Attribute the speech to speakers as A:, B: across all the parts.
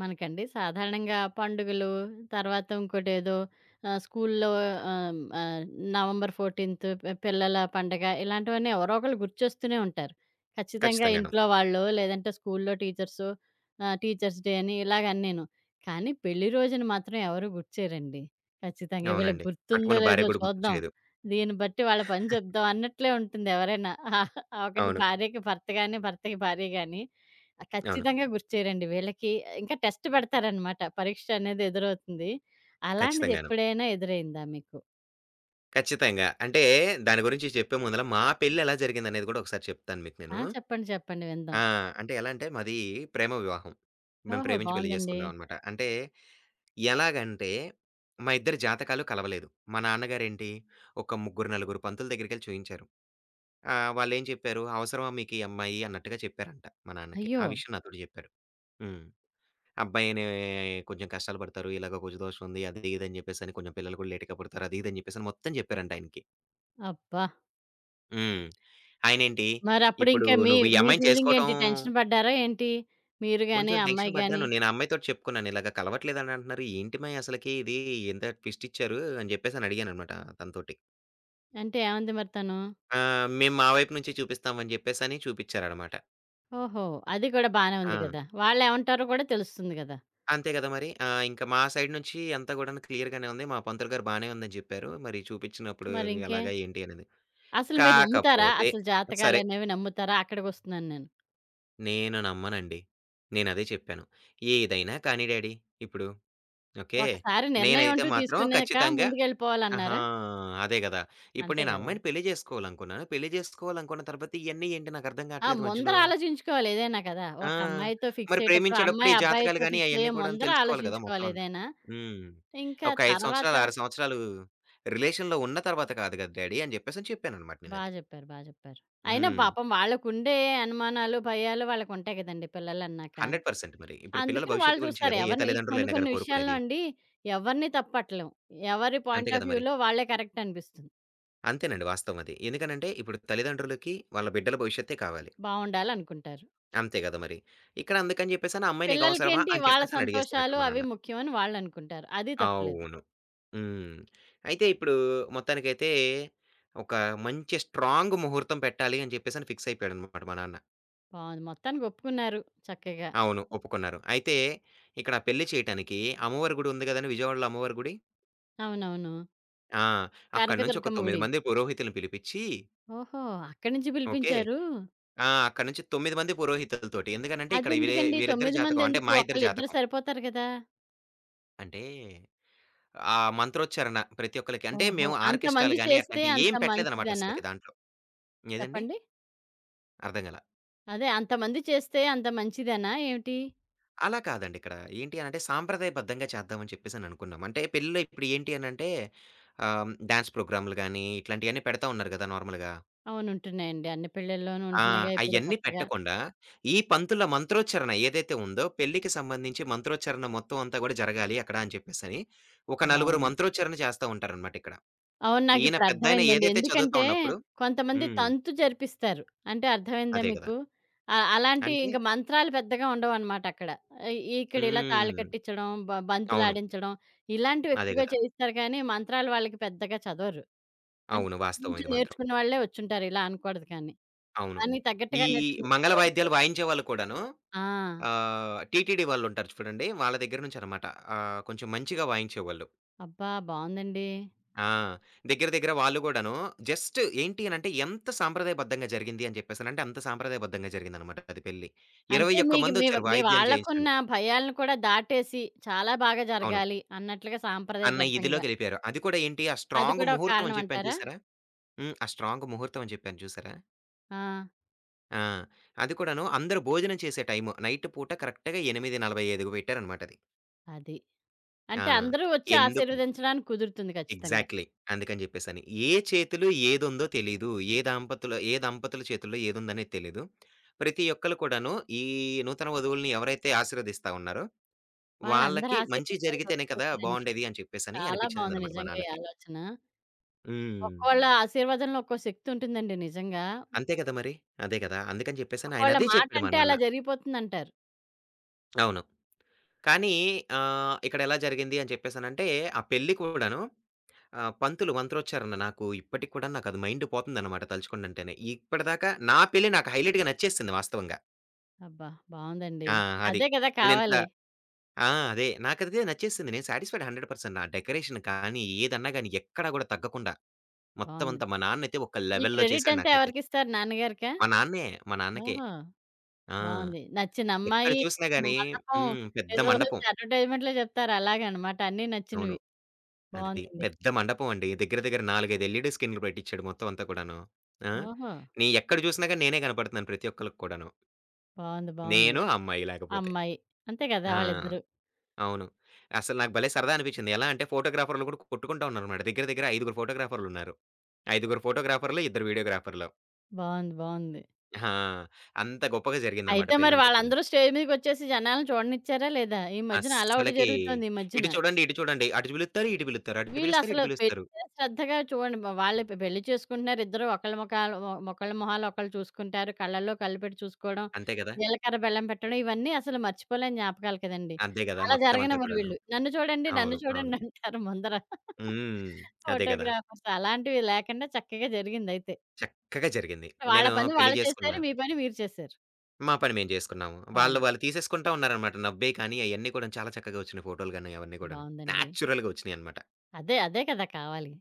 A: మనకండి సాధారణంగా పండుగలు, తర్వాత ఇంకోటేదో స్కూల్లో ఆహ్, ఆహ్, నవంబర్ 14 పిల్లల పండగ ఇలాంటివన్నీ ఎవరో ఒకళ్ళు గుర్తొస్తూనే ఉంటారు. ఖచ్చితంగా
B: ఖచ్చితంగాను.
A: ఇంట్లో వాళ్ళు లేదంటే స్కూల్లో టీచర్సు టీచర్స్ డే అని ఇలాగన్నీను. కానీ పెళ్లి రోజున మాత్రం ఎవరు గుర్తు చేయరండి. ఖచ్చితంగా వీళ్ళకి
B: అవునండి.
A: గుర్తుందో
B: పట్టుకున్న భార్య
A: లేదో
B: కూడా
A: చూద్దాం.
B: గుర్తొచ్చేయదు.
A: దీన్ని బట్టి వాళ్ళ పని చెప్దాం అన్నట్లే ఉంటుంది ఎవరైనా. ఆ! ఒకటి
B: అవును.
A: భార్యకి భర్త గాని, భర్తకి భార్య గాని ఆ!
B: అవును.
A: ఖచ్చితంగా గుర్తు చేయరండి. వీళ్ళకి ఇంకా టెస్ట్ పెడతారనమాట. పరీక్ష అనేది ఎదురవుతుంది. అలాంటిది
B: ఖచ్చితంగాను.
A: ఎప్పుడైనా ఎదురైందా మీకు?
B: ఖచ్చితంగా. అంటే దాని గురించి చెప్పే ముందల మా పెళ్లెలా జరిగిందనేది కూడా ఒకసారి చెప్తాను మీకు
A: ఆ!
B: నేను.
A: చెప్పండి. చెప్పండి విందాం.
B: ఆ! అంటే ఎలా అంటే మాది ప్రేమ వివాహం. మేము
A: ఓహో!
B: ప్రేమించి పెళ్లి
A: బావుందండి.
B: చేసుకున్నాం అనమాట. అంటే ఎలాగంటే మా ఇద్దరి జాతకాలు కలవలేదు. మా నాన్నగారేంటి ఒక ముగ్గురు, నలుగురు పంతుల దగ్గరికెళ్లి చూయించారు. వాళ్ళేం చెప్పారు, "అవసరమా మీకు ఈ అమ్మాయి" అన్నట్టుగా చెప్పారంట మా నాన్నకి.
A: అయ్యో!
B: ఆ విషయం నాతోటి చెప్పారు. హ్మ్. అబ్బాయినే కొంచెం కష్టాలు పడతారు. ఇలాగ కుజ దోషం ఉంది. అది ఇది అని చెప్పేసని కొంచెం పిల్లలు కూడా లేట్‌గా పుడతారు. అది ఇది అని చెప్పేసని మొత్తం చెప్పారంట ఆయనకి.
A: అబ్బా!
B: హ్మ్. ఆయనేంటి
A: మరప్పుడు
B: ఇప్పుడు
A: ఇంకా మీ
B: నువ్వు ఈ
A: మీ
B: అమ్మాయిని
A: ఫీలింగ్
B: చేసుకోవటం
A: ఏంటి? టెన్షన్ పడ్డారా ఏంటి? మీరు గాని,
B: కొంచెం
A: అమ్మాయి
B: టెన్షన్
A: గాని?
B: పడ్డాను. నేను ఆ అమ్మాయితోటి చెప్పుకున్నాను. ఇలాగ కలవట్లేదని అంటున్నారు. ఏంటి మాయి అసలకి ఇది ఇంత ట్విస్ట్ ఇచ్చారు అని చెప్పేసని అడిగాననమాట తనతోటి.
A: అంటే ఏమంది మరి తను?
B: ఆ! మేము మా వైపు నుంచి చూపిస్తాం అని చెప్పేసని చూపిచ్చారనమాట.
A: ఓహో! అది కూడా బానే
B: ఆ!
A: ఉంది గదా! వాళ్ళేమంటారో కూడా తెలుస్తుంది గదా!
B: అంతే కదా! మరి. ఆ! ఇంకా మా సైడ్ నుంచి అంతా గూడాను క్లియర్‌గానే ఉంది. మా పంతులు గారు బానే ఉందని జెప్పారు. మరి చూపిచ్చినప్పుడు
A: మరింకే?
B: ఎలాగా ఏంటి అనేది.
A: అసలు మీరు నమ్ముతారా?
B: కాకపోతే
A: అసలు
B: సరే.
A: జాతకాలనేవి నమ్ముతారా? అక్కడికొస్తున్నాను నేను.
B: నేను నమ్మనండి. నేనదే చెప్పాను. "ఏదైనా కానీ డ్యాడీ ఇప్పుడు. ఓకే.
A: ఒకసారి నిర్ణయం
B: నేనైతే
A: అంటూ
B: మాత్రం
A: తీసుకున్నాక
B: ఖచ్చితంగా". ఆహా!
A: ముందుకెళ్ళిపోవాలన్నారా?
B: అదే గదా! ఇప్పుడు
A: అంతే
B: నేను ఆ
A: గదా!
B: అమ్మాయిని పెళ్లి జేసుకోవాలనుకున్నాను. పెళ్లి జేసుకోవాలనుకున్న తర్వాత ఇయన్నీ ఏంటి నాకర్థం
A: ఆ!
B: గాట్లేదు
A: ముందర
B: మధ్యలో.
A: ఆలోచించుకోవాలి ఏదైనా కదా!
B: ఆ!
A: ఒక అమ్మాయితో ఫిక్స్
B: మరి
A: అయ్యేటప్పుడు
B: ప్రేమించేటప్పుడు
A: అమ్మాయి,
B: ఈ జాతకాలు
A: అబ్బాయితో
B: గాని
A: ఫిక్స్
B: అయన్నీ
A: అయ్యే
B: కూడాను
A: ముందర
B: తెలుసుకోవాలి గదా! మొత్తం
A: ఆలోచించుకోవాలి
B: అంతా.
A: ఏదైనా.
B: హ్మ్.
A: ఇంకా
B: ఒక 5
A: తర్వాత
B: సంవత్సరాలు, 6 సంవత్సరాలు రిలేషన్‌లో ఉన్న తర్వాత కాదు గదా డ్యాడీ అని జెప్పేసని చెప్పాననమాట
A: బా
B: నేనది.
A: జెప్పారు. బా జెప్పారు. అయినా
B: హ్మ్.
A: పాపం వాళ్ళకుండే అనుమానాలు, భయాలు వాళ్ళకుంటాయి గదండీ పిల్లలన్నాక.
B: 100% మరి. ఇప్పుడు పిల్లల
A: అందుకని వాళ్ళు
B: భవిష్యత్తు గురించే
A: చూస్తారు.
B: గదా! ఏ
A: ఎవరిని ఈ కొన్ని
B: తల్లిదండ్రులైనా
A: కొన్ని
B: గాని
A: విషయాల్లో
B: కోరుకునేది.
A: అండి ఎవరిని తప్పట్లేం. ఎవరి
B: అంతే
A: పాయింట్ ఆఫ్
B: గదా మరి.
A: వ్యూలో వాళ్ళే కరెక్ట్ అనిపిస్తుంది.
B: అంతేనండి వాస్తవం అది. ఎందుకనంటే ఇప్పుడు తల్లిదండ్రులకి వాళ్ళ బిడ్డల భవిష్యత్తే కావాలి.
A: బావుండాలనుకుంటారు.
B: అంతే గదా మరి. ఇక్కడ అందుకని జెప్పేసని, "అమ్మాయి నీకవసరమా?"
A: పిల్లలకేంటి
B: అని
A: వాళ్ళ
B: చెప్పేసని
A: సంతోషాలు
B: అడిగేస్తాడక్కడ మా
A: అవి
B: నాన్న.
A: ముఖ్యమని వాళ్ళనుకుంటారు. అది తప్పులేదు.
B: అవును. హ్మ్. అయితే ఇప్పుడు మొత్తానికైతే ఒక మంచి స్ట్రాంగ్ ముహూర్తం పెట్టాలి అని జెప్పేసని ఫిక్స్ అయిపోయాడనమాట మా నాన్న.
A: బావుంది. మొత్తానికి ఒప్పుకున్నారు చక్కగా.
B: అవును. ఒప్పుకున్నారు. అయితే ఇక్కడ పెళ్లి చేయటానికి అమ్మవారి గుడి ఉంది గదండీ విజయవాడలో అమ్మవారి గుడి.
A: అవునవును.
B: ఆ! అక్కడి నుంచి ఒక
A: కనకదుర్గమ్మ
B: 9
A: గుడి.
B: మంది పురోహితుల్ని పిలిపిచ్చి
A: ఓహో! అక్కడి నుంచి
B: ఓకే.
A: పిలిపించారు.
B: ఆ! అక్కడి నుంచి 9 మంది పురోహితులతోటి. ఎందుకనంటే ఇక్కడ వీరి
A: అదెందుకండి
B: వీరిద్దరి
A: 9
B: జాతకం అంటే
A: మందెందుకు?
B: మా ఇద్దరి
A: ఒకళ్ళిద్దరు
B: జాతకం.
A: సరిపోతారు కదా!
B: అంటే మంత్రోచ్చారణ ప్రతి ఒక్కళ్ళకి. అంటే
A: ఓహో!
B: మేము
A: అంతమంది
B: ఆర్కెస్ట్రాలు గాని
A: చేస్తే
B: అట్లాంటియి
A: అంత
B: ఏం పెట్టలేదనమాట
A: మంచిదనా?
B: అసలకి దాంట్లో. ఏదండి?
A: చెప్పండి.
B: అర్థం కాలా.
A: అదే అంతమంది చేస్తే అంత మంచిదనా ఏమిటి?
B: అలా కాదండి ఇక్కడ. ఏంటి అనంటే సాంప్రదాయబద్ధంగా చేద్దామని చెప్పేసననుకున్నాం. అంటే పెళ్ళిలో ఇప్పుడు ఏంటి అనంటే డాన్స్ ప్రోగ్రామ్‌లు గాని ఇట్లాంటియన్నీ పెడతా ఉన్నారు గదా! నార్మల్‌గా.
A: అవును. ఉంటున్నాయండి. అన్ని పెళ్ళిల్లోనూ
B: ఆ!
A: ఉంటున్నాయిగా ఇప్పుడు
B: అయన్నీ
A: కొత్తగా.
B: పెట్టకుండా, ఈ పంతుల మంత్రోచ్చారణ ఏదైతే ఉందో, పెళ్ళికి సంబంధించి మంత్రోచ్చారణ మొత్తం అంతా గూడా జరగాలి అక్కడ అని చెప్పేసని, ఒక నలుగురు
A: బావుంది.
B: మంత్రోచ్చారణ చేస్తా ఉంటారనమాట ఇక్కడ.
A: అవును.
B: ఈయన
A: నాకిప్పుడు
B: పెద్దాయన
A: అర్థమైందండి.
B: ఏదైతే చదువుతా
A: ఎందుకంటే
B: ఉన్నప్పుడు
A: కొంతమంది
B: హ్మ్.
A: తంతు జరిపిస్తారు. అంటే అర్థమైందా
B: అదే గదా!
A: మీకు? అలాంటి
B: అంటే
A: ఇంక మంత్రాలు పెద్దగా ఉండవనమాట అక్కడ. ఇక్కడ ఇలా తాళి
B: హ్మ్.
A: కట్టించడం,
B: అవును.
A: బంతులాడించడం ఇలాంటివి
B: అదే
A: ఎక్కువగా
B: గదా!
A: చేయిస్తారు కానీ మంత్రాలు వాళ్ళకి పెద్దగా చదవరు. అంటే
B: అవును. వాస్తవం
A: ఇంచుమించు
B: ఇది మాత్రం.
A: నేర్చుకున్న వాళ్ళే వచ్చుంటారు. ఇలా అనకూడదు కానీ.
B: అవును.
A: దానికి
B: ఈ
A: తగ్గట్టుగా నేర్చుకుని
B: మంగళ వాయిద్యాలు వాయించేవాళ్ళు కూడాను
A: ఆ!
B: టీటీడీ వాళ్ళుంటారు చూడండి. వాళ్ళ దగ్గర నుంచనమాట. కొంచెం మంచిగా వాయించేవాళ్ళు.
A: అబ్బా! బావుందండి.
B: ఆ! దగ్గర దగ్గర వాళ్ళు గూడాను జస్ట్ ఏంటి అనంటే ఎంత సాంప్రదాయబద్ధంగా జరిగింది అని జెప్పేసనంటే అంత సాంప్రదాయబద్ధంగా జరిగిందనమాట అది పెళ్లి.
A: అంటే
B: 21
A: మీకు మీ
B: మందొచ్చారు
A: మీ
B: వాయిద్యం
A: వాళ్ళకున్న
B: చేయించడానికి.
A: భయాలను కూడా దాటేసి చాలా బాగా
B: అవును.
A: జరగాలి అన్నట్లుగా
B: అన్న
A: సాంప్రదాయబద్ధంగా
B: ఇదిలోకెళ్ళిపోయారు. అది కూడా ఏంటి ఆ
A: అది
B: స్ట్రాంగ్
A: కూడా ఒక
B: ముహూర్తం
A: కారణం
B: అని చెప్పాను
A: అంటారా?
B: చూసారా? హ్మ్. ఆ స్ట్రాంగ్ ముహూర్తం అని చెప్పాను చూసారా?
A: ఆ!
B: ఆ! అది కూడాను అందరూ భోజనం చేసే టైము. నైట్ పూట కరెక్ట్‌గా 8:45కి పెట్టారనమాట అది.
A: అది.
B: ఆ!
A: అంటే అందరూ వచ్చి
B: ఎందుకు
A: ఆశీర్వదించడానికి కుదురుతుంది ఖచ్చితంగా.
B: ఎగ్జాక్ట్‌లీ. అందుకని జెప్పేసని. ఏ చేతిలో ఏదుందో తెలీదు. ఏ దాంపతులో ఏ దంపతుల చేతుల్లో ఏదుందనేది తెలీదు. ప్రతి ఒక్కళ్ళు కూడాను ఈ నూతన వధువుల్ని ఎవరైతే ఆశీర్వదిస్తా ఉన్నారో,
A: వాళ్ళందరి
B: వాళ్ళకి మంచి
A: ఆశీర్వాదాలు
B: జరిగితేనే
A: దొరుకుతాయి
B: కదా!
A: కదండీ.
B: బావుండేది అని చెప్పేసని
A: చాలా బావుంది
B: అనిపించిందనమాట మా
A: నిజంగా ఈ
B: నాన్నకి.
A: ఆలోచన.
B: హ్మ్.
A: ఒక్కోళ్ళ ఆశీర్వాదంలో ఒక్కో శక్తి ఉంటుందండి నిజంగా.
B: అంతే కదా మరి. అదే కదా! అందుకని చెప్పేసని ఆయన
A: ఒక్కోళ్ళ
B: అదే
A: మాట
B: చెప్పాడు మా
A: అంటే అలా
B: నాన్న.
A: జరిగిపోతుందంటారు.
B: అవును. కానీ ఇక్కడ ఎలా జరిగింది అని చెప్పేసనంటే, ఆ పెళ్లి కూడాను ఆ! పంతులు మంత్రోచ్చారణ నాకు ఇప్పటికి కూడా నాకది మైండ్ పోతుందనమాట తలుచుకుంటుంటేనే. ఇప్పటిదాకా నా పెళ్లి నాకు హైలైట్‌గా నచ్చేసింది వాస్తవంగా.
A: అబ్బా! బావుందండి.
B: ఆ! అది.
A: అదే కదా
B: నేనింత
A: కావాలి.
B: ఆ! అదే. నాకదే నచ్చేసింది. నేను సాటిస్ఫైడ్ 100% ఆ డెకరేషన్ కానీ, ఏదన్నా గాని ఎక్కడా గూడా తగ్గకుండా మొత్తం
A: బావుంది.
B: అంతా మా నాన్నయితే ఒక
A: ఈ
B: లెవెల్‌లో
A: క్రెడిట్
B: చేశాడు
A: అంతా
B: నాకైతే.
A: ఎవరికిస్తారు నాన్నగారికా?
B: మా నాన్నే. మా నాన్నకే.
A: ఓహో!
B: ఆ!
A: బావుంది. నచ్చిన
B: ఎక్కడ
A: అమ్మాయి,
B: చూసినా
A: నచ్చిన
B: గాని
A: మండపం
B: హ్మ్. పెద్ద
A: ఏదో
B: మండపం.
A: అడ్వర్టైజ్‌మెంట్‌లో చెప్తారు అలాగనమాట. అన్నీ
B: అవును.
A: నచ్చినవి.
B: అది.
A: బావుందండి.
B: పెద్ద మండపం అండి. దగ్గర దగ్గర 4, 5 ఎల్‌ఈడీ స్క్రీన్‌లు పెట్టిచ్చాడు మొత్తం అంతా కూడాను. ఆ!
A: ఓహో!
B: నీ ఎక్కడ చూసినా గాని నేనే కనపడుతున్నాను ప్రతి ఒక్కళ్ళకి కూడాను.
A: బావుంది. బావుంది.
B: నేను, ఆ అమ్మాయి లేకపోతే.
A: అమ్మాయి. అంతే కదా!
B: ఆ!
A: వాళ్ళిద్దరూ.
B: అవును. అసలు నాకు భలే సరదా అనిపించింది. ఎలా అంటే ఫోటోగ్రాఫర్‌లు కూడా కొట్టుకుంటా ఉన్నారన్నమాట. దగ్గర దగ్గర 5గురు ఫోటోగ్రాఫర్‌లున్నారు. 5గురు ఫోటోగ్రాఫర్‌లు, ఇద్దరు వీడియోగ్రాఫర్‌లు.
A: బావుంది. బావుంది.
B: ఆ! అంత గొప్పగా జరిగిందన్నమాట
A: అయితే మరి
B: పెళ్లంతా కూడాను.
A: వాళ్ళందరూ స్టేజ్ మీదకొచ్చేసి జనాలను చూడనిచ్చారా లేదా? ఈ మధ్యన అలా ఒకటి
B: అస్సలకి
A: జరుగుతోంది ఈ మధ్యన.
B: ఇటు చూడండి, ఇటు చూడండి. అటు పిలుత్తారు, ఇటు పిలుత్తారు. అటు పిలుస్తారు,
A: వీళ్ళసలు
B: ఇటు
A: పెళ్లి
B: పిలుస్తారు.
A: మీద శ్రద్ధగా చూడండి. వాళ్ళు పెళ్లి చేసుకుంటున్నారు ఇద్దరు. ఒకళ్ళ మొఖాలు ఒకళ్ళ మొహాలు ఒకళ్ళు చూసుకుంటారు. కళ్ళల్లో కళ్ళు పెట్టి చూసుకోవడం,
B: అంతే కదా!
A: జీలకర్ర బెల్లం పెట్టడం ఇవన్నీ అసలు మర్చిపోలేని జ్ఞాపకాలు కదండీ!
B: అంతే కదా!
A: అలా
B: మొత్తం అంతా
A: జరగనివ్వరు
B: కూడాను.
A: వీళ్ళు. నన్ను చూడండి, నన్ను
B: అవును. అవును.
A: చూడండి అంటారు ముందర.
B: హ్మ్. అదే గదా!
A: ఫోటోగ్రాఫర్స్ అలాంటివి లేకుండా చక్కగా జరిగిందయితే.
B: చక్కగా జరిగింది.
A: వాళ్ళ
B: నేను
A: పని
B: పెళ్లి
A: వాళ్ళు చేశారు.
B: చేసుకున్నా.
A: మీ పని మీరు చేశారు.
B: మా పని మేము చేసుకున్నాము. వాళ్ళు
A: బావుంది.
B: వాళ్ళు తీసేసుకుంటా ఉన్నారనమాట. నవ్వే కానీ అయన్నీ కూడా చాలా చక్కగా వచ్చినాయి ఫోటోలు గాని అవన్నీ కూడాను.
A: బావుందండి.
B: నేచురల్‌గా వచ్చినాయన్నమాట.
A: అదే, అదే కదా కావాలి.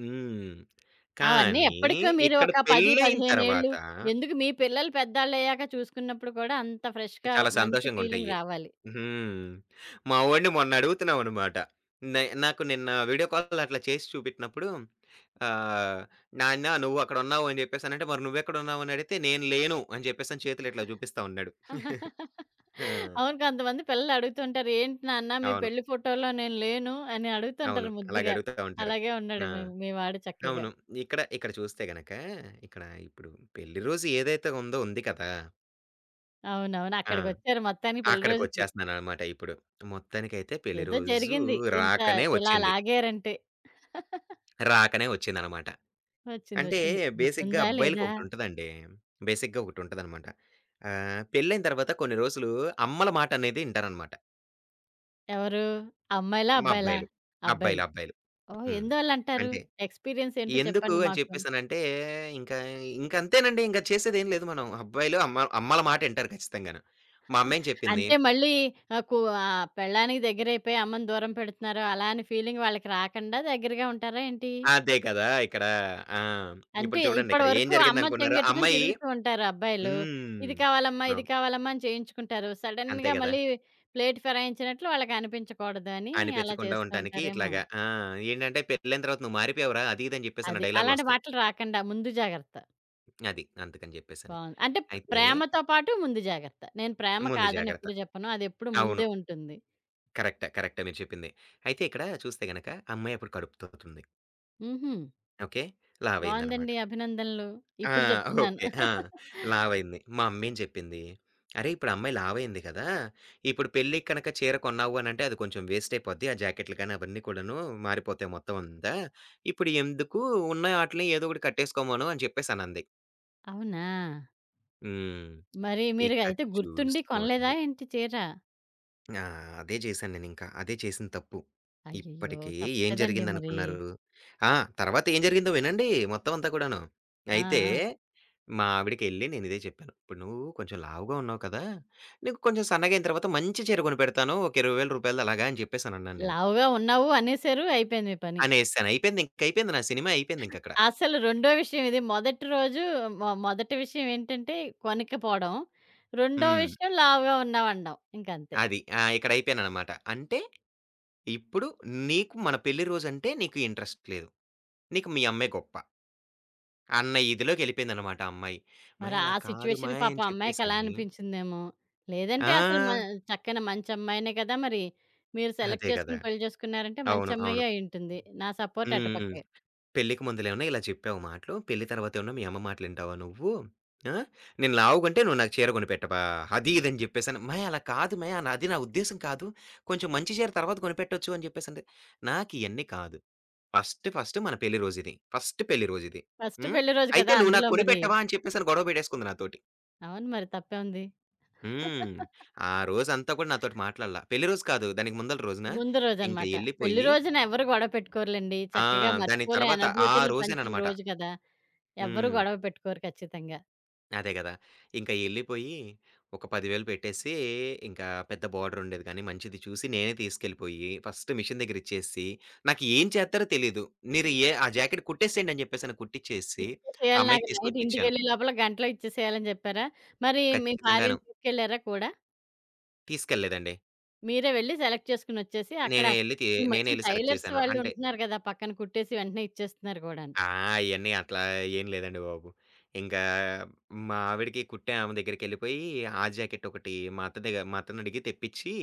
B: హ్మ్.
A: అవన్నీ
B: కానీ
A: ఎప్పటికో మీరు
B: ఇక్కడ
A: ఒక 10,
B: పెళ్లయిన
A: 15 ఏళ్ళు
B: తర్వాత
A: ఎందుకు మీ పిల్లలు పెద్దోళ్ళయ్యాక చూసుకున్నప్పుడు కూడా అంత ఫ్రెష్‌గా
B: చాలా
A: మంచి ఫీలింగ్
B: సంతోషంగుంటయ్యి.
A: రావాలి.
B: హ్మ్. మా వోడిని మొన్న అడుగుతున్నామనమాట. నాకు నిన్న వీడియో కాల్ అట్లా చేసి చూపెట్టినప్పుడు ఆహ్, "నాన్న నువ్వు అక్కడున్నావు" అని జెప్పేసనంటే, "మరి నువ్వెక్కడున్నావు" అని అడిగితే, "నేను లేను" అని జెప్పేసని చేతులు ఇట్లా జూపిస్తా ఉన్నాడు. ఆ!
A: అవును. కొంతమంది పిల్లలు అడుగుతుంటారు. "ఏంటి నాన్న మీ
B: అవును.
A: పెళ్లి ఫోటోలో నేను లేను" అని
B: అవును.
A: అడుగుతుంటారు ముద్దుగా.
B: అలాగడుగుతా ఉంటారు.
A: అలాగే ఉన్నాడు
B: ఆ!
A: మీ మీ వాడు చక్కగా.
B: అవును. ఇక్కడ చూస్తే గనక ఇక్కడ ఇప్పుడు పెళ్లి రోజు ఏదైతే ఉందో ఉంది కదా!
A: అవునవును.
B: ఆ!
A: అక్కడికొచ్చారు మొత్తానికి పెళ్లి రోజుకి.
B: అక్కడికొచ్చేస్తున్నాననమాట ఇప్పుడు. మొత్తానికైతే పెళ్లి
A: ఏదో
B: రోజు
A: జరిగింది. ఇంత
B: రాకనే
A: ఇలా
B: వచ్చింది.
A: లాగారంటే.
B: రాకనే వచ్చిందనమాట.
A: వచ్చింది.
B: అంటే
A: వచ్చింది.
B: బేసిక్‌గా
A: గుర్తుందా? లేదా?
B: అబ్బాయిలకొకటుంటదండి. బేసిక్‌గా ఒకటుంటదనమాట. పెళ్లయిన తర్వాత కొన్ని రోజులు అమ్మల మాటనేది ఇంటారనమాట.
A: ఎవరు? అమ్మాయిలా?
B: మా
A: అబ్బాయిలా?
B: అబ్బాయిలు. అబ్బాయిలు,
A: అబ్బాయిలు.
B: అబ్బాయిలు.
A: ఓహ్!
B: హ్మ్.
A: ఎందువల్లంటారు?
B: అంటే
A: ఎక్స్‌పీరియన్స్ ఏంటో
B: ఎందుకు
A: చెప్పండి
B: అని
A: మాకు.
B: చెప్పేసనంటే, ఇంకా ఇంకంతేనండి. ఇంక చేసేదేం లేదు మనం. అబ్బాయిలు అమ్మల మాటింటారు ఖచ్చితంగాను. మా అమ్మేం చెప్పింది,
A: అంటే మళ్ళీ పెళ్ళానికి దగ్గరైపోయి అమ్మని దూరం పెడుతున్నారు. అలా అని ఫీలింగ్ వాళ్ళకి రాకుండా దగ్గరగా ఉంటారా ఏంటి?
B: అదే కదా! ఇక్కడ ఆ!
A: అంటే
B: ఇప్పుడు
A: ఇప్పటి
B: చూడండిక్కడ ఏం
A: వరకు అమ్మ
B: జరిగిందనుకున్నారు?
A: చెంగెట్టుకుని
B: అమ్మాయి
A: తిరుగుతూ ఉంటారు అబ్బాయిలు.
B: హ్మ్.
A: ఇది కావాలమ్మా, ఇది
B: అవును.
A: కావాలమ్మా అని చేయించుకుంటారు.
B: అంతే
A: సడెన్‌గా
B: గదా!
A: మళ్ళీ ప్లేట్ ఫిరాయించినట్లు వాళ్ళకనిపించకూడదు అని అలా
B: అనిపించకుండా
A: చేస్తూ
B: ఉండటానికి
A: ఉంటారేమో.
B: ఇట్లాగా. ఆ! ఏంటంటే పెళ్ళైన తర్వాత నువ్వు మారిపోయావురా! అది ఇది అని చెప్పేసి అన్న
A: అది. అలాంటి
B: డైలాగులొస్తాయి.
A: మాటలు రాకుండా ముందు జాగ్రత్త.
B: అది. అందుకని చెప్పేసని.
A: బావుంది. అంటే
B: అయితే
A: ప్రేమతో పాటు ముందు జాగ్రత్త. నేను ప్రేమ
B: ముందు
A: కాదని
B: జాగ్రత్త.
A: ఎప్పుడు చెప్పను. అదెప్పుడు
B: అవును.
A: ముందే ఉంటుంది.
B: కరెక్టే. కరెక్టే మీరు చెప్పింది. అయితే ఇక్కడ చూస్తే గనక అమ్మాయి అప్పుడు కడుపుతో ఉంది.
A: హుహు.
B: ఓకే. లావయిందనమాట.
A: బావుందండి. అభినందనలు.
B: ఆ!
A: ఇప్పుడు చెప్తున్నాను.
B: ఓకే. ఆ! లావైంది. మా అమ్మేం చెప్పింది, "అరేయ్! ఇప్పుడు అమ్మాయి లావైంది కదా! ఇప్పుడు పెళ్ళికి కనుక చీర కొన్నావు అనంటే అది కొంచెం వేస్ట్ అయిపోద్ది. ఆ జాకెట్లు గాని అవన్నీ కూడాను మారిపోతాయి మొత్తం అంతా. ఇప్పుడు ఎందుకు ఉన్న ఆటిలిని ఏదో ఒకటి కట్టేసుకోమను" అని చెప్పేసనంది.
A: అవునా!
B: హ్మ్.
A: మరి మీరు
B: ఇక
A: అయితే గుర్తుండి కొనలేదా
B: చూసుకోండి.
A: ఏంటి చీర?
B: ఆ! అదే చేశాను నేనింకా. అదే చేసిన తప్పు.
A: అయ్యయ్యో!
B: ఇప్పటికి
A: తప్పు
B: ఏం
A: కదండీ మరి.
B: జరిగిందనుకున్నారు? ఆ! తర్వాత ఏం జరిగిందో వినండి మొత్తం అంతా కూడాను.
A: ఆ!
B: అయితే
A: ఆ!
B: మా ఆవిడకెళ్ళి నేనిదే చెప్పాను. ఇప్పుడు నువ్వు కొంచెం లావుగా ఉన్నావు కదా! నీకు కొంచెం సన్నగయిన తర్వాత మంచి చీర కొనిపెడతాను. ఒక రూ. 20,000 అలాగా అని చెప్పేసనన్నాను నేను.
A: లావుగా ఉన్నావు అనేసారు. అయిపోయింది మీ పని.
B: అనేసాను. అయిపోయింది. ఇంకయిపోయింది. నా సినిమా అయిపోయిందింకక్కడ.
A: అసలు రెండో విషయం ఇది. మొదటి రోజు మొదటి విషయం ఏంటంటే కొనకపోవడం. రెండో
B: హ్మ్.
A: విషయం లావుగా ఉన్నావనడం ఇంకంతే.
B: అది. ఆ! ఇక్కడయిపోయాననమాట. అంటే ఇప్పుడు నీకు మన పెళ్లి రోజంటే నీకు ఇంట్రెస్ట్ లేదు. నీకు మీ అమ్మే గొప్ప. అన్న ఇదిలోకెళ్ళిపోయిందనమాట ఆ అమ్మాయి.
A: మరి
B: "అమ్మాయి అలా
A: ఆ
B: కాదు
A: సిట్యుయేషన్
B: అమ్మాయి"
A: పాపం
B: అని
A: అమ్మాయికి అలా
B: చెప్పేసని.
A: అనిపించిందేమో! లేదంటే అసలు మ
B: ఆ!
A: చక్కని మంచి అమ్మాయినే కదా! మరి మీరు సెలెక్ట్
B: అదే
A: చేసుకొని
B: గదా!
A: పెళ్లి చేసుకున్నారంటే మంచి
B: అవును. అవును.
A: అమ్మాయే అయ్యుంటుంది. నా సపోర్ట్
B: హ్మ్.
A: అటుపక్కే.
B: "పెళ్ళికి ముందులేమన్నా ఇలా చెప్పావు మాటలు. పెళ్లి తర్వాతేమన్నా మీ అమ్మ మాటలింటావా నువ్వు? ఆ! నేను లావుగుంటే నువ్వు నాకు చీర కొనిపెట్టవా?" అది ఇది అని చెప్పేసని. "అమ్మాయి అలా కాదు అమ్మాయి. నా అది నా ఉద్దేశ్యం కాదు. కొంచెం మంచి చీర తర్వాత కొనిపెట్టొచ్చు" అని చెప్పేసంటే. "నాకియన్నీ కాదు. ఫస్ట్ ఫస్ట్ మన పెళ్లి రోజు ఇది. ఫస్ట్ పెళ్లి రోజు ఇది.
A: ఫస్ట్
B: హ్మ్.
A: పెళ్లి రోజు
B: అయితే
A: కదా!
B: నువ్వు నాకు
A: అందులో మరి.
B: కొనిపెట్టవా?" అని చెప్పేసని గొడవ పెట్టేసుకుంది నాతోటి.
A: అవును మరి తప్పేముంది?
B: హ్మ్. ఆ రోజంతా కూడా నాతోటి మాట్లాడలా. పెళ్లి రోజు కాదు. దానికి ముందల రోజున
A: ముందు
B: ఇంక
A: రోజనమాట. పెళ్లి
B: ఎళ్ళిపోయి
A: రోజున ఎవరు గొడవ పెట్టుకోరులెండి.
B: ఆ!
A: చక్కగా
B: దాని
A: మర్చిపోలేని
B: తర్వాత ఆ
A: అనుభూతుల్ని పంచిన
B: రోజేననమాట.
A: రోజు కదా! ఎవ్వరు
B: హ్మ్.
A: గొడవ పెట్టుకోరు ఖచ్చితంగా.
B: అదే గదా! ఇంక ఎళ్ళిపోయి ఒక 10,000 పెట్టేసి ఇంకా పెద్ద బోర్డరుండేది గానీ మంచిది చూసి నేనే తీసుకెళ్ళిపోయి ఫస్ట్ మిషన్ దగ్గరిచ్చేసి, నాకు ఏం చేత్తారో తెలీదు. మీరు ఏ ఆ జాకెట్ కుట్టేసేయండి అని జెప్పేసని కుట్టిచ్చేసి ఆ
A: ఇచ్చేసేయాలి నాకు
B: అమ్మాయికి
A: నైట్
B: తీసుకొచ్చిచ్చాను.
A: ఇంటికెళ్ళే లోపల గంటలో ఇచ్చేసేయాలని చెప్పారా? మరి మీ
B: ఖచ్చితంగాను.
A: భార్యని తీసుకెళ్లారా కూడా?
B: తీసుకెళ్ళలేదండి.
A: మీరే వెళ్లి సెలెక్ట్ చేసుకొనొచ్చేసి, అక్కడ
B: నేనే ఎళ్లి తి
A: ఈ
B: నేనే
A: మధ్యన
B: ఎళ్లి సెలెక్ట్
A: టైలర్స్
B: చేశాను.
A: వాళ్ళు
B: అంటే
A: ఉంటున్నారు గదా! పక్కన కుట్టేసి వెంటనే ఇచ్చేస్తున్నారు గూడాను.
B: ఆ! అయన్నీ అట్లా ఏం లేదండి బాబు. ఇంకా మా ఆవిడకి కుట్టే ఆమె దగ్గరికెళ్ళిపోయి, ఆ జాకెట్ ఒకటి మా అత్త దగ్గర మా అత్తనడిగి తెప్పిచ్చి,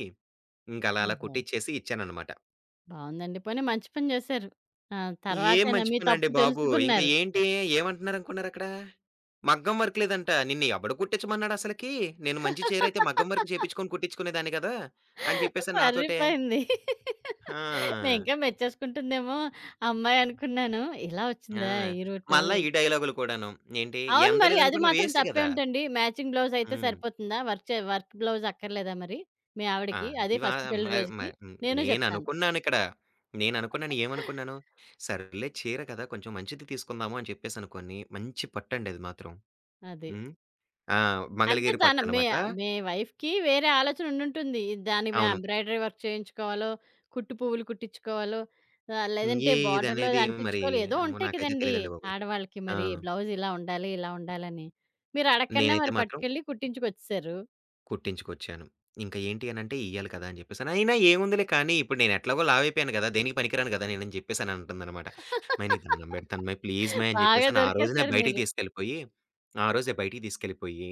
B: ఇంక అలా అలా
A: ఆహా!
B: కుట్టిచ్చేసి ఇచ్చాననమాట.
A: బావుందండి. పోనీ మంచి పని జేశారు. ఆ!
B: ఏం
A: తర్వాతైనా
B: మంచి
A: మీ
B: పనండి
A: తప్పు
B: బాబు! ఇంక
A: తెలుసుకున్నారు.
B: ఏంటి ఏమంటున్నారనుకున్నారక్కడ? మగ్గం వర్క్ లేదంట. నిన్ను ఎవడు కుట్టిచ్చమన్నాడసలకి? నేను మంచి చీరైతే మగ్గం వర్క్ చేపిచ్చుకొని కుట్టిచ్చుకునేదాన్ని గదా! అని చెప్పేసని నాతోటే.
A: సరిపోయింది. నేను
B: ఆ!
A: ఇంకా మెచ్చేసుకుంటుందేమో అమ్మాయి అనుకున్నాను. ఇలా
B: ఆ!
A: వచ్చిందా ఈ రూటు?
B: మళ్ళా ఈ డైలాగులు కూడాను. ఏంటి
A: అవును
B: ఎంత
A: మరి అది
B: లేదనుకున్నా
A: మాత్రం
B: వేస్ట్ గదా!
A: తప్పేంటండి? మ్యాచింగ్ బ్లౌజ్ అయితే
B: హ్మ్.
A: సరిపోతుందా? వర్క్ బ్లౌజ్ అక్కర్లేదా మరి మీ
B: ఆ!
A: ఆవిడకి? అదే
B: ఇవా
A: ఫస్ట్
B: మ
A: పెళ్లి
B: మ
A: రోజుకి.
B: హ్మ్.
A: నేను జెప్తాను.
B: నేననుకున్నానిక్కడ. నేననుకున్నాను ఏమనుకున్నాను, సర్లే చీర కదా! కొంచెం మంచిది తీసుకుందాము అని చెప్పేసనుకోని, మంచి పట్టండి అది మాత్రం.
A: అది.
B: హ్మ్. ఆ!
A: అంటే
B: మంగళగిరి
A: తన మీ
B: పట్టనమాట.
A: మీ వైఫ్‌కి వేరే ఆలోచన ఉండుంటుంది. దాని మ
B: అవును.
A: ఎంబ్రాయిడరీ వర్క్ చేయించుకోవాలో, కుట్టు పువ్వులు కుట్టించుకోవాలో, లేదంటే బోర్డర్‌లో
B: ఏదనేది మరి
A: అంటించుకోవాలో ఏదో
B: అమ్మో!
A: ఉంటాయి
B: నాకైతే
A: కదండీ!
B: తెలీదండి బాబోయ్!
A: ఆడవాళ్ళకి
B: ఆ!
A: మరి బ్లౌజ్ ఇలా ఉండాలి, ఇలా ఉండాలని. మీరు అడగకుండా
B: నేనైతే
A: మరి
B: మాత్రం
A: పట్టుకెళ్ళి కుట్టించుకొచ్చేసారు.
B: కుట్టించుకొచ్చాను. ఇంక ఏంటి అనంటే ఇయ్యాలి కదా! అని జెప్పేసని. అయినా ఏముందిలే కానీ ఇప్పుడు నేను ఎట్లాగో లావైపోయాను గదా! దేనికి పనికిరాను గదా! నేనని జెప్పేసని అంటుందనమాట. "అమ్మాయి నీకు దండం పెడతాను అమ్మాయి. ప్లీజ్ అమ్మాయి" అని
A: బాగా
B: జెప్పేసని ఆ రోజునే
A: దొరికేసారు
B: బయటికి
A: మీరు.
B: తీసుకెళ్ళిపోయి, ఆ రోజే బయటికి తీసుకెళ్ళిపోయి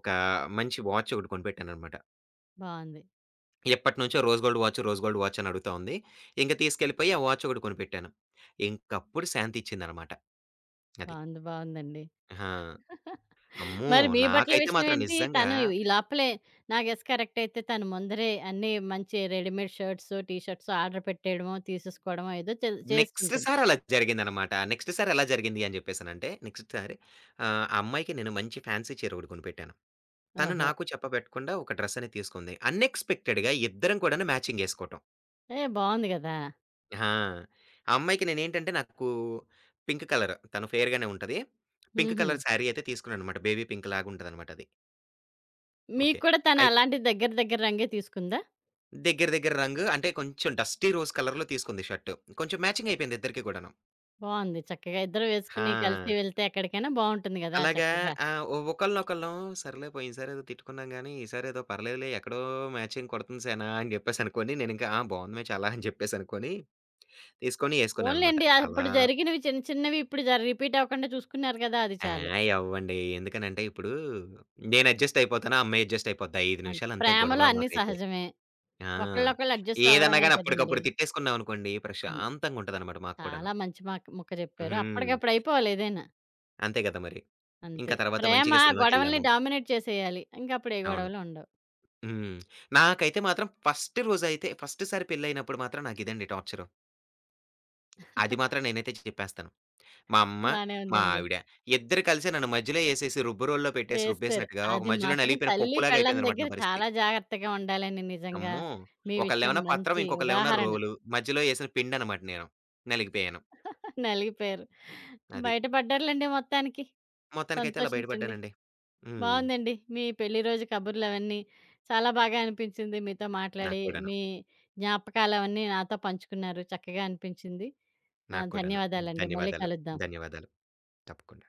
B: ఒక మంచి వాచ్ ఒకటి కొనిపెట్టాననమాట.
A: బావుంది.
B: ఎప్పటినుంచో rose gold watch, rose gold watch అని అడుగుతా ఉంది. ఇంక తీసుకెళ్ళిపోయి ఆ వాచ్ ఒకటి కొనిపెట్టాను. ఇంకప్పుడు శాంతిచ్చిందనమాట. అది.
A: బావుంది. బావుందండి.
B: ఆ! అమ్మో!
A: మరి మీ బట్టల
B: నాకైతే
A: విషయం
B: మాత్రం
A: ఏంటి?
B: నిజంగా
A: తను ఈ లోపలే నా గెస్ కరెక్ట్ అయితే తను ముందరే అన్నీ మంచి readymade shirts, T shirts order పెట్టేయడమో, తీసేసుకోవడమో ఏదో
B: నెక్స్ట్
A: చేస్తుంటుంది.
B: సారి అలా జరిగిందనమాట. నెక్స్ట్ సారి ఎలా జరిగింది అని జెప్పేసనంటే, నెక్స్ట్ సారి ఆ అమ్మాయికి నేను మంచి ఫ్యాన్సీ చీర ఒకటి కొనిపెట్టాను. తను
A: ఓహో!
B: నాకు చెప్పబెట్టకుండా ఒక డ్రెస్ అనేది తీసుకుంది. అన్‌ఎక్స్‌పెక్టెడ్‌గా ఇద్దరం కూడాను మ్యాచింగ్ ఎసుకోటం.
A: ఏ బావుంది గదా!
B: ఆ! ఆ అమ్మాయికి నేనేంటంటే నాకు పింక్ కలర్ తను ఫెయిర్ గానే ఉంటది. పింక్
A: హుహు.
B: కలర్ శారీ అయితే తీసుకున్నాననమాట. బేబీ పింక్ లాగుంటదనమాట అది.
A: మీకు
B: ఓకే.
A: కూడా తను
B: అయితే
A: అలాంటి దగ్గర దగ్గర రంగే తీసుకుందా?
B: దగ్గర దగ్గర రంగు అంటే కొంచెం డస్టీ రోజ్ కలర్‌లో తీసుకుంది షర్టు. కొంచెం మ్యాచింగ్ అయిపోయింది ఇద్దరికీ కూడాను.
A: బావుంది. చక్కగా ఇద్దరు వేసుకుని కలిసి
B: ఆ!
A: వెళ్తే ఎక్కడికైనా బావుంటుంది గదా!
B: అలాగా
A: చక్కగా.
B: ఆహ్, ఒ ఒకళ్ళనొకళ్ళం సర్లే పోయినసారేదో తిట్టుకున్నాం గానీ, ఈసారేదో పర్లేదులే ఎక్కడో మ్యాచింగ్ కొడుతుంది సేనా అని జెప్పేసనుకోని, నేనింకా ఆ! బావుంది మ్యాచ్ అలా అని జెప్పేసనుకోని, తీసుకొని యేసుకున్నాననమాట.
A: పోన్లెండి
B: చాలా
A: అప్పుడు జరిగినవి చిన్న చిన్నవి ఇప్పుడు రిపీట్ అవ్వకుండా చూసుకున్నారు గదా! అది
B: ఆ!
A: చాలు.
B: ఎవ్వండి. ఎందుకనంటే ఇప్పుడు నేను అడ్జస్ట్ అయిపోతాను, ఆ అమ్మాయి అడ్జస్ట్ అయిపోద్ది. 5 నిమిషాలంతే
A: ప్రేమలో
B: గొడవ
A: అన్నీ
B: మాకైతే.
A: సహజమే.
B: ఆ!
A: ఒకళ్ళొకళ్ళు అడ్జస్ట్
B: ఏదన్నా
A: అవ్వడమే
B: గాని
A: కదండీ!
B: అప్పటికప్పుడు తిట్టేసుకున్నామనుకోండి,
A: అంతే.
B: ప్రశాంతంగుంటదనమాట మాకు కూడాను.
A: చాలా మంచి మాక్ ముక్క చెప్పారు.
B: హ్మ్.
A: అప్పటికప్పుడు అయిపోవాలి ఏదైనా.
B: అంతే గదా మరి.
A: అంతే.
B: ఇంకా తర్వాత
A: ప్రేమ
B: మంచిగా
A: గొడవల్ని
B: సినిమాకెళ్ళాము.
A: డామినేట్ చేసేయాలి. ఇంకప్పుడు ఏ
B: అవును.
A: గొడవలు ఉండవు.
B: హ్మ్. నాకైతే మాత్రం ఫస్ట్ రోజైతే ఫస్ట్ సారి పెళ్లయినప్పుడు మాత్రం నాకిదండి టార్చరు. అది మాత్రం నేనైతే చెప్పేస్తాను. మా అమ్మ,
A: బానే
B: మా
A: ఉందండి.
B: ఆవిడ ఇద్దరు కలిసి నన్ను మధ్యలో ఏసేసి రుబ్బురోల్లో పెట్టేసి
A: చేస్తారు.
B: రుబ్బేసినట్టుగా ఒక
A: అది
B: మధ్యలో
A: మాత్రం
B: నలిగిపోయిన
A: తల్లి,
B: పప్పులాగా
A: పెళ్ళాం
B: అయిపోయిందనమాట
A: దగ్గర
B: నా పరిస్థితి.
A: చాలా జాగ్రత్తగా ఉండాలని నిజంగా
B: అమ్మో!
A: మీ విషయం
B: ఒకళ్ళేమన్నా పత్రం,
A: మంచి
B: ఇంకొకళ్ళేమన్నా
A: ఉదాహరణ.
B: రోలు. మధ్యలో ఏసిన పిండనమాట నేను. నలిగిపోయాను.
A: నలిగిపోయారు.
B: అది.
A: బయటపడ్డారులెండి మొత్తానికి.
B: మొత్తానికైతే అలా బయట
A: సంతోషించండి.
B: పడ్డానండి. హ్మ్.
A: బావుందండి. మీ పెళ్లి రోజు కబుర్లవన్నీ చాలా బాగా అనిపించింది. మీతో
B: నాకు
A: మాట్లాడి,
B: కూడాను.
A: మీ జ్ఞాపకాలవన్నీ నాతో పంచుకున్నారు. చక్కగా అనిపించింది. ఆ!
B: నాకు కూడాను.
A: ధన్యవాదాలండి. మళ్ళీ
B: ధన్యవాదాలు.
A: కలుద్దాం.
B: ధన్యవాదాలు. తప్పకుండా.